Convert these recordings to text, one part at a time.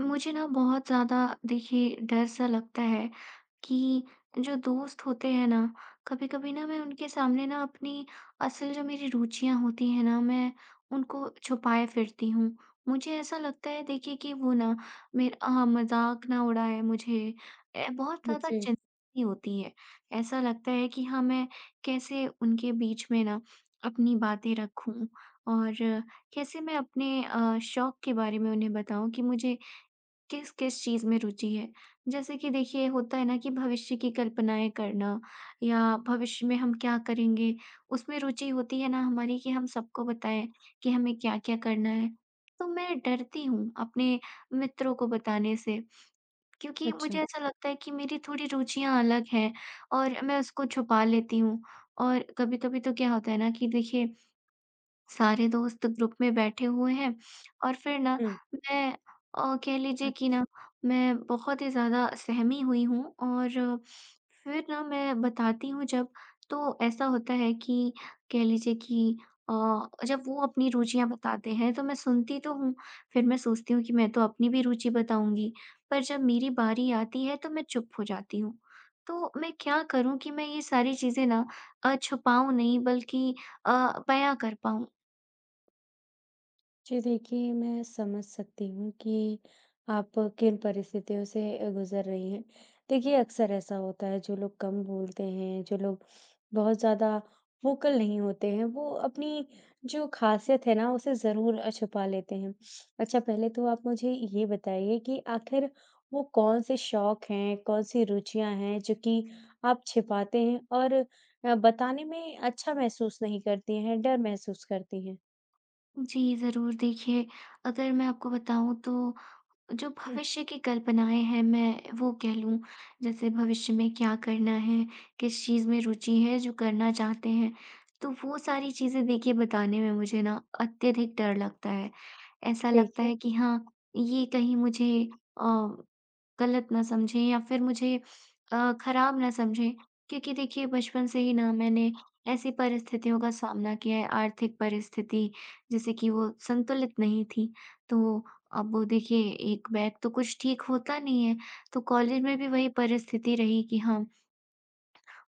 मुझे ना बहुत ज़्यादा देखिए डर सा लगता है कि जो दोस्त होते हैं ना कभी-कभी ना मैं उनके सामने ना अपनी असल जो मेरी रुचियां होती हैं ना मैं उनको छुपाए फिरती हूँ। मुझे ऐसा लगता है देखिए कि वो ना मेरा हाँ, मजाक ना उड़ाए मुझे, बहुत ज़्यादा जी, चिंता भी होती है। ऐसा लगता है कि हाँ, मैं कैसे उनके बीच में ना अपनी बातें रखूं और कैसे मैं अपने शौक के बारे में उन्हें बताऊं कि मुझे किस-किस चीज़ में रुचि है। जैसे कि देखिए होता है ना कि भविष्य की कल्पनाएँ करना या भविष्य में हम क्या करेंगे, उसमें रुचि होती है ना हमारी कि हम सबको बताएँ कि हमें क्या-क्या करना है। तो मैं डरती हूँ अपने मित्रों को बताने से, क्योंकि मुझे अच्छा। ऐसा लगता है कि मेरी थोड़ी रुचियाँ अलग हैं और मैं उसको छुपा लेती हूँ। और कभी-कभी तो क्या होता है ना कि देखिए सारे दोस्त ग्रुप में बैठे हुए हैं, और फिर ना हुँ। मैं कह लीजिए कि ना, मैं बहुत ही ज़्यादा सहमी हुई हूँ, और फिर ना मैं बताती हूँ जब, तो ऐसा होता है कि कह लीजिए कि अ, जब वो अपनी रुचियाँ बताते हैं तो मैं सुनती तो हूँ, फिर मैं सोचती हूँ कि मैं तो अपनी भी रुचि बताऊँगी, पर जब मेरी बारी आती है तो मैं चुप हो जाती हूँ। तो मैं क्या करूँ कि मैं ये सारी चीज़ें ना छुपाऊँ नहीं, बल्कि अ, बयाँ कर पाऊँ? जी देखिए, मैं समझ सकती हूँ कि आप किन परिस्थितियों से गुज़र रही हैं। देखिए, अक्सर ऐसा होता है जो लोग कम बोलते हैं, जो लोग बहुत ज़्यादा वोकल नहीं होते हैं, वो अपनी जो ख़ासियत है ना उसे ज़रूर छुपा लेते हैं। अच्छा पहले तो आप मुझे ये बताइए कि आखिर वो कौन-से शौक हैं, कौन-सी रुचियाँ हैं जो कि आप छिपाते हैं और बताने में अच्छा महसूस नहीं करती हैं, डर महसूस करती हैं? जी, ज़रूर देखिए, अगर मैं आपको बताऊँ, तो जो भविष्य की कल्पनाएँ हैं मैं वो कह लूँ, जैसे भविष्य में क्या करना है, किस चीज़ में रुचि है, जो करना चाहते हैं, तो वो सारी चीज़ें देखिए बताने में मुझे ना अत्यधिक डर लगता है। ऐसा ठीक लगता है। है कि हाँ, ये कहीं मुझे अ, गलत ना समझें या फिर मुझे खराब ना समझें, क्योंकि देखिए बचपन से ही ना मैंने ऐसी परिस्थितियों का सामना किया है, आर्थिक परिस्थिति जैसे कि वो संतुलित नहीं थी। तो अब वो देखिए एक बैग तो कुछ ठीक होता नहीं है, तो कॉलेज में भी वही परिस्थिति रही कि हाँ,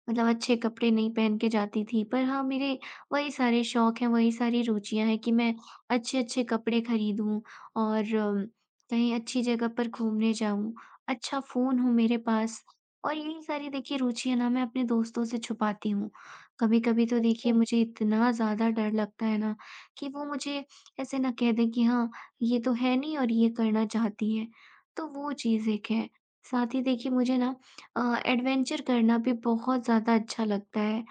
मतलब अच्छे कपड़े नहीं पहन के जाती थी। पर हाँ, मेरे वही सारे शौक हैं, वही सारी रुचियाँ हैं कि मैं अच्छे-अच्छे कपड़े खरीदूँ और कहीं अच्छी जगह पर घूमने जाऊँ, अच्छा फ़ोन हो मेरे पास। और यही सारी देखिए रुचियाँ ना मैं अपने दोस्तों से छुपाती हूँ। कभी-कभी तो देखिए अच्छा, मुझे इतना ज़्यादा डर लगता है ना, कि वो मुझे ऐसे ना कह दें कि हाँ, ये तो है नहीं और ये करना चाहती है। तो वो चीज़ एक है। साथ ही देखिए मुझे ना एडवेंचर करना भी बहुत ज़्यादा अच्छा लगता है,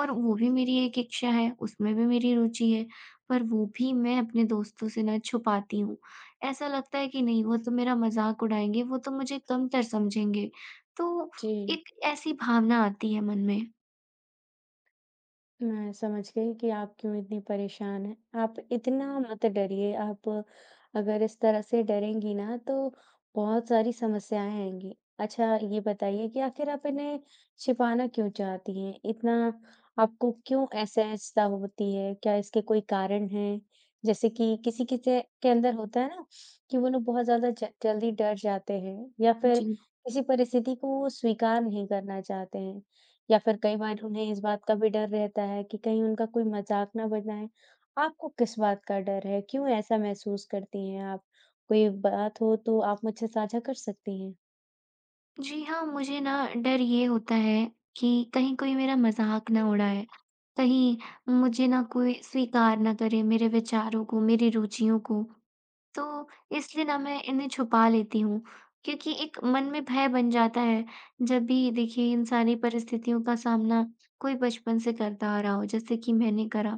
और वो भी मेरी एक इच्छा है, उसमें भी मेरी रुचि है, पर वो भी मैं अपने दोस्तों से ना छुपाती हूँ। ऐसा लगता है कि नहीं, वो तो मेरा मज़ाक उड़ाएँगे, वो तो मुझे कमतर समझेंगे, तो जी। एक ऐसी भावना आती है मन में। मैं समझ गई कि आप क्यों इतनी परेशान हैं। आप इतना मत डरिए, आप अगर इस तरह से डरेंगी ना तो बहुत सारी समस्याएँ आएँगी। अच्छा ये बताइए कि आखिर आप इन्हें छिपाना क्यों चाहती हैं? इतना आपको क्यों असहजता होती है? क्या इसके कोई कारण हैं? जैसे कि किसी-किसी के अंदर होता है ना कि वो लोग बहुत ज़्यादा ज जल्दी डर जाते हैं या फिर जी। किसी परिस्थिति को वो स्वीकार नहीं करना चाहते हैं। या फिर कई बार उन्हें इस बात का भी डर रहता है कि कहीं उनका कोई मज़ाक ना बनाए। आपको किस बात का डर है? क्यों ऐसा महसूस करती हैं आप? कोई बात हो तो आप मुझसे साझा कर सकती हैं? जी हाँ, मुझे ना डर ये होता है कि कहीं कोई मेरा मज़ाक ना उड़ाए, कहीं मुझे ना कोई स्वीकार ना करे, मेरे विचारों को, मेरी रुचियों को। तो इसलिए ना मैं इन्हें छुपा लेती हूँ, क्योंकि एक मन में भय बन जाता है। जब भी देखिए इन सारी परिस्थितियों का सामना कोई बचपन से करता आ रहा हो, जैसे कि मैंने करा,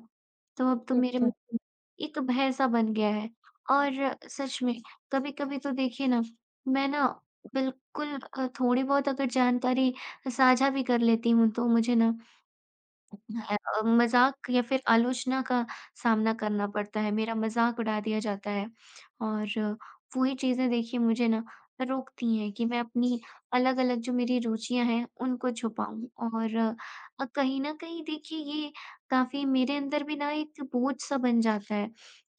तो अब तो मेरे मन अच्छा। में एक भय सा बन गया है। और सच में कभी कभी तो देखिए ना, मैं ना बिल्कुल थोड़ी बहुत अगर जानकारी साझा भी कर लेती हूँ, तो मुझे ना मज़ाक या फिर आलोचना का सामना करना पड़ता है, मेरा मज़ाक उड़ा दिया जाता है। और वो ही चीज़ें देखिए मुझे ना रोकती हैं कि मैं अपनी अलग-अलग जो मेरी रुचियाँ हैं, उनको छुपाऊँ। और कहीं न कहीं देखिए ये काफ़ी मेरे अंदर भी ना एक बोझ-सा बन जाता है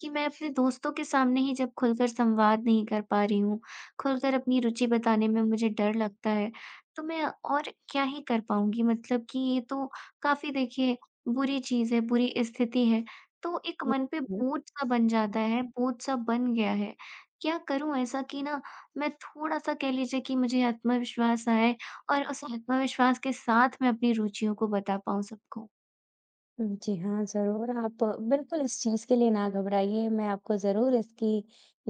कि मैं अपने दोस्तों के सामने ही जब खुलकर संवाद नहीं कर पा रही हूँ, खुलकर अपनी रुचि बताने में मुझे डर लगता है, तो मैं और क्या ही कर पाऊँगी? मतलब कि ये तो काफ़ी देखिए बुरी चीज़ है, बुरी स्थिति है। तो एक हुँ, मन पे हुँ। बोझ-सा बन जाता है, बोझ-सा बन गया है। क्या करूँ ऐसा कि ना मैं थोड़ा-सा कह लीजिए कि मुझे आत्मविश्वास आए, और उस आत्मविश्वास के साथ मैं अपनी रुचियों को बता पाऊँ सबको? जी हाँ, ज़रूर आप बिल्कुल इस चीज़ के लिए ना घबराइए, मैं आपको ज़रूर इसके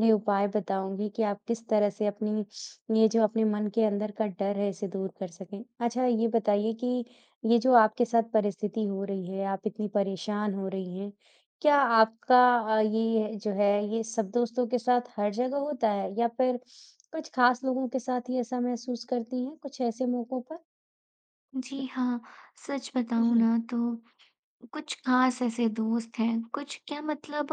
लिए उपाय बताऊँगी कि आप किस तरह से अपनी ये जो अपने मन के अंदर का डर है इसे दूर कर सकें। अच्छा ये बताइए कि ये जो आपके साथ परिस्थिति हो रही है, आप इतनी परेशान हो रही हैं, क्या आपका ये जो है ये सब दोस्तों के साथ हर जगह होता है या फिर कुछ ख़ास लोगों के साथ ही ऐसा महसूस करती हैं, कुछ ऐसे मौकों पर? जी हाँ, सच बताऊँ ना तो कुछ खास ऐसे दोस्त हैं, कुछ क्या मतलब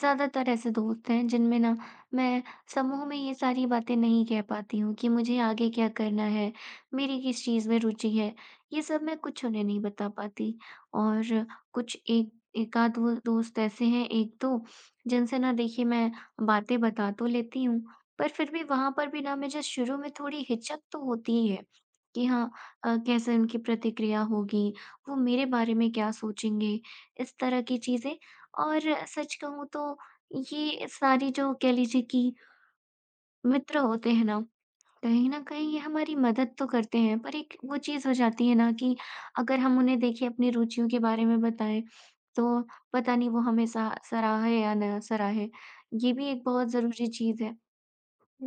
ज़्यादातर ऐसे दोस्त हैं जिनमें ना मैं समूह में ये सारी बातें नहीं कह पाती हूँ कि मुझे आगे क्या करना है, मेरी किस चीज़ में रुचि है, ये सब मैं कुछ उन्हें नहीं बता पाती। और कुछ एक एकाध वो दोस्त ऐसे हैं, 1-2, जिनसे ना देखिए मैं बातें बता तो लेती हूँ, पर फिर भी वहाँ पर भी ना मुझे शुरू में थोड़ी हिचक तो होती ही है कि हाँ, कैसे उनकी प्रतिक्रिया होगी, वो मेरे बारे में क्या सोचेंगे? इस तरह की चीज़ें। और सच कहूँ तो ये सारी जो कह लीजिए कि मित्र होते हैं ना, कहीं न कहीं ये हमारी मदद तो करते हैं, पर एक वो चीज़ हो जाती है ना कि अगर हम उन्हें देखिए अपनी रुचियों के बारे में बताएँ, तो पता नहीं वो हमें सा सराहे या ना सराहे। ये भी एक बहुत ज़रूरी चीज़ है।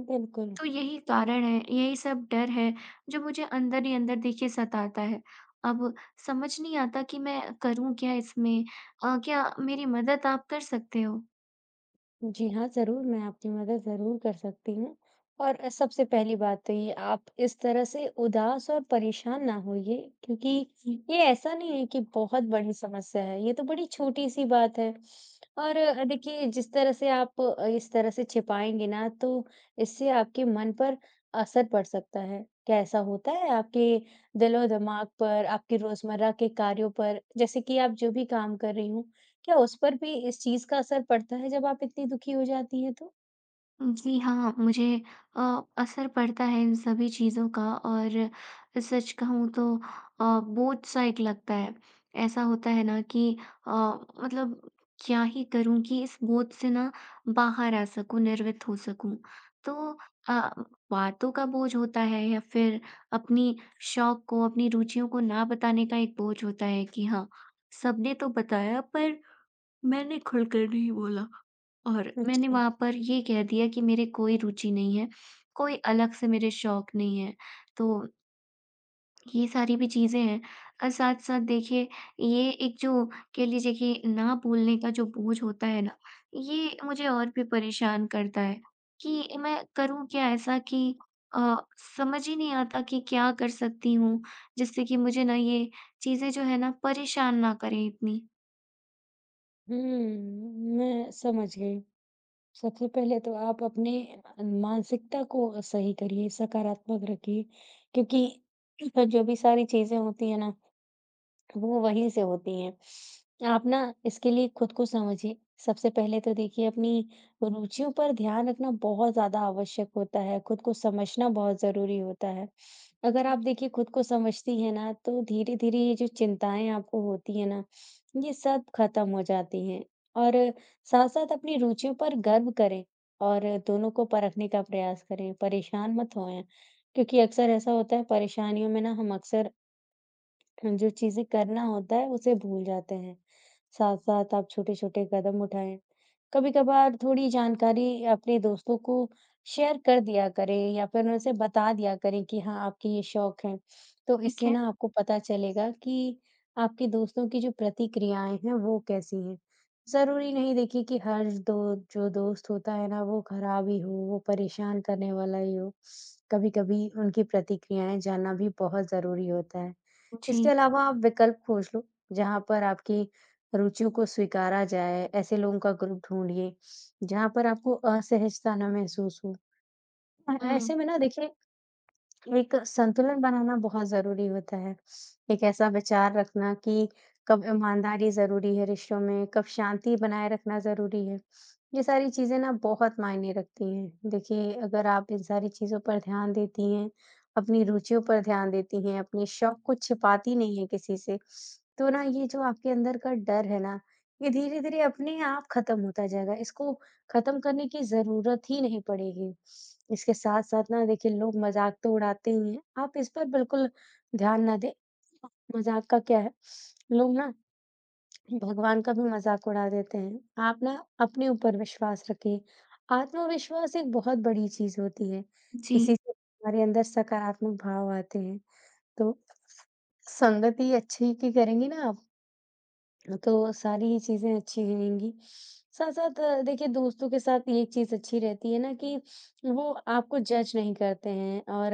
बिल्कुल। तो यही कारण है, यही सब डर है जो मुझे अंदर ही अंदर देखिए सताता है। अब समझ नहीं आता कि मैं करूँ क्या इसमें? क्या मेरी मदद आप कर सकते हो? जी हाँ, ज़रूर मैं आपकी मदद ज़रूर कर सकती हूँ। और सबसे पहली बात तो ये आप इस तरह से उदास और परेशान ना होइए क्योंकि ये ऐसा नहीं है कि बहुत बड़ी समस्या है, ये तो बड़ी छोटी-सी बात है। और देखिए जिस तरह से आप इस तरह से छिपाएँगे ना तो इससे आपके मन पर असर पड़ सकता है। क्या ऐसा होता है आपके दिलो-दिमाग पर, आपके रोज़मर्रा के कार्यों पर? जैसे कि आप जो भी काम कर रही हों, क्या उस पर भी इस चीज़ का असर पड़ता है जब आप इतनी दुखी हो जाती हैं तो? जी हाँ, मुझे अ, असर पड़ता है इन सभी चीज़ों का, और सच कहूँ तो बोझ सा एक लगता है। ऐसा होता है ना कि अ, मतलब क्या ही करूँ कि इस बोझ से ना बाहर आ सकूँ, निर्वित हो सकूँ। तो अ, बातों का बोझ होता है, या फिर अपनी शौक को, अपनी रुचियों को ना बताने का एक बोझ होता है कि हाँ, सबने तो बताया पर मैंने खुलकर नहीं बोला। और मैंने अच्छा। वहाँ पर ये कह दिया कि मेरे कोई रुचि नहीं है, कोई अलग से मेरे शौक नहीं है। तो ये सारी भी चीज़ें हैं, और साथ-साथ देखिए ये एक जो कह लीजिए कि ना बोलने का जो बोझ होता है ना, ये मुझे और भी परेशान करता है कि मैं करूँ क्या ऐसा कि अ, समझ ही नहीं आता कि क्या कर सकती हूँ, जिससे कि मुझे ना ये चीज़ें जो है ना परेशान ना करें इतनी। हुँ, मैं समझ गई। सबसे पहले तो आप अपने मानसिकता को सही करिए, सकारात्मक रखिए क्योंकि जो भी सारी चीज़ें होती हैं ना वो वहीं से होती हैं। आप ना इसके लिए खुद को समझिए। सबसे पहले तो देखिए अपनी रुचियों पर ध्यान रखना बहुत ज़्यादा आवश्यक होता है, खुद को समझना बहुत ज़रूरी होता है। अगर आप देखिए खुद को समझती हैं ना, तो धीरे-धीरे ये जो चिंताएँ आपको होती हैं ना, ये सब खत्म हो जाती हैं। और साथ-साथ अपनी रुचियों पर गर्व करें और दोनों को परखने का प्रयास करें, परेशान मत होएँ। क्योंकि अक्सर ऐसा होता है परेशानियों में ना हम अक्सर जो चीज़ें करना होता है उसे भूल जाते हैं। साथ-साथ आप छोटे-छोटे कदम उठाएँ। कभी-कभार थोड़ी जानकारी अपने दोस्तों को शेयर कर दिया करें या फिर उनसे बता दिया करें कि हाँ, आपके ये शौक हैं। तो ठीक इससे है? ना आपको पता चलेगा कि आपके दोस्तों की जो प्रतिक्रियाएँ हैं वो कैसी हैं। ज़रूरी नहीं देखिए कि हर दो जो दोस्त होता है ना वो खराब ही हो, वो परेशान करने वाला ही हो। कभी-कभी उनकी प्रतिक्रियाएँ जानना भी बहुत ज़रूरी होता है। इसके जी। अलावा आप विकल्प खोज लो, जहाँ पर आपकी रुचियों को स्वीकारा जाए, ऐसे लोगों का ग्रुप ढूँढिए, जहाँ पर आपको असहजता ना महसूस हो। हुँ। ऐसे में ना देखिए एक संतुलन बनाना बहुत ज़रूरी होता है। एक ऐसा विचार रखना कि कब ईमानदारी ज़रूरी है रिश्तों में, कब शांति बनाए रखना ज़रूरी है। ये सारी चीज़ें ना बहुत मायने रखती हैं। देखिए, अगर आप इन सारी चीज़ों पर ध्यान देती हैं, अपनी रुचियों पर ध्यान देती हैं, अपने शौक को छिपाती नहीं हैं किसी से, तो ना ये जो आपके अंदर का डर है ना, ये धीरे-धीरे अपने आप खत्म होता जाएगा। इसको खत्म करने की ज़रूरत ही नहीं पड़ेगी। इसके साथ-साथ ना देखिए लोग मज़ाक तो उड़ाते ही हैं, आप इस पर बिल्कुल ध्यान ना दें। मज़ाक का क्या है, लोग ना भगवान का भी मज़ाक उड़ा देते हैं। आप ना अपने ऊपर विश्वास रखिए। आत्मविश्वास एक बहुत बड़ी चीज़ होती है। जी, इसी से हमारे अंदर सकारात्मक भाव आते हैं। तो संगति अच्छी की करेंगी ना आप तो सारी ही चीज़ें अच्छी रहेंगी। साथ-साथ देखिए दोस्तों के साथ ये चीज़ अच्छी रहती है ना कि वो आपको जज नहीं करते हैं और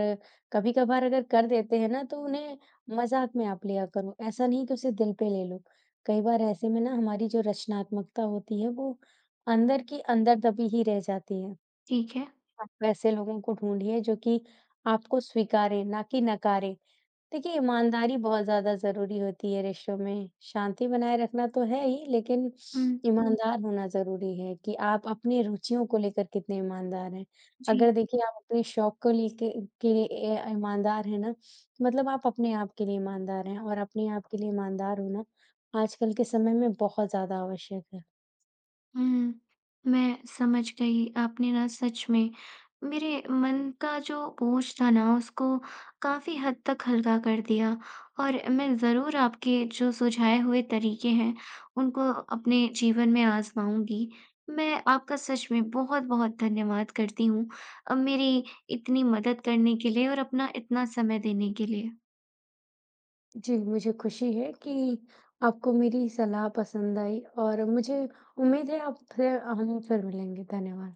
कभी-कभार अगर कर देते हैं ना तो उन्हें मज़ाक में आप लिया करो, ऐसा नहीं कि उसे दिल पे ले लो। कई बार ऐसे में ना हमारी जो रचनात्मकता होती है वो अंदर की अंदर दबी ही रह जाती है। ठीक है। आप ऐसे लोगों को ढूँढिए जो कि आपको स्वीकारें, ना कि नकारें। देखिए, ईमानदारी बहुत ज़्यादा ज़रूरी होती है रिश्तों में। शांति बनाए रखना तो है ही, लेकिन हुँ। हुँ, ईमानदार होना ज़रूरी है कि आप अपनी रुचियों को लेकर कितने ईमानदार हैं। जी। अगर देखिए आप अपने शौक को लेके के लिए ईमानदार हैं ना, तो मतलब आप अपने आप के लिए ईमानदार हैं और अपने आप के लिए ईमानदार होना आजकल के समय में बहुत ज़्यादा आवश्यक है। मैं समझ गई, आपने ना सच में मेरे मन का जो बोझ था ना उसको काफी हद तक हल्का कर दिया, और मैं जरूर आपके जो सुझाए हुए तरीके हैं उनको अपने जीवन में आजमाऊंगी। मैं आपका सच में बहुत बहुत धन्यवाद करती हूँ मेरी इतनी मदद करने के लिए और अपना इतना समय देने के लिए। जी, मुझे खुशी है कि आपको मेरी सलाह पसंद आई और मुझे उम्मीद है आप फिर हम फिर मिलेंगे। धन्यवाद।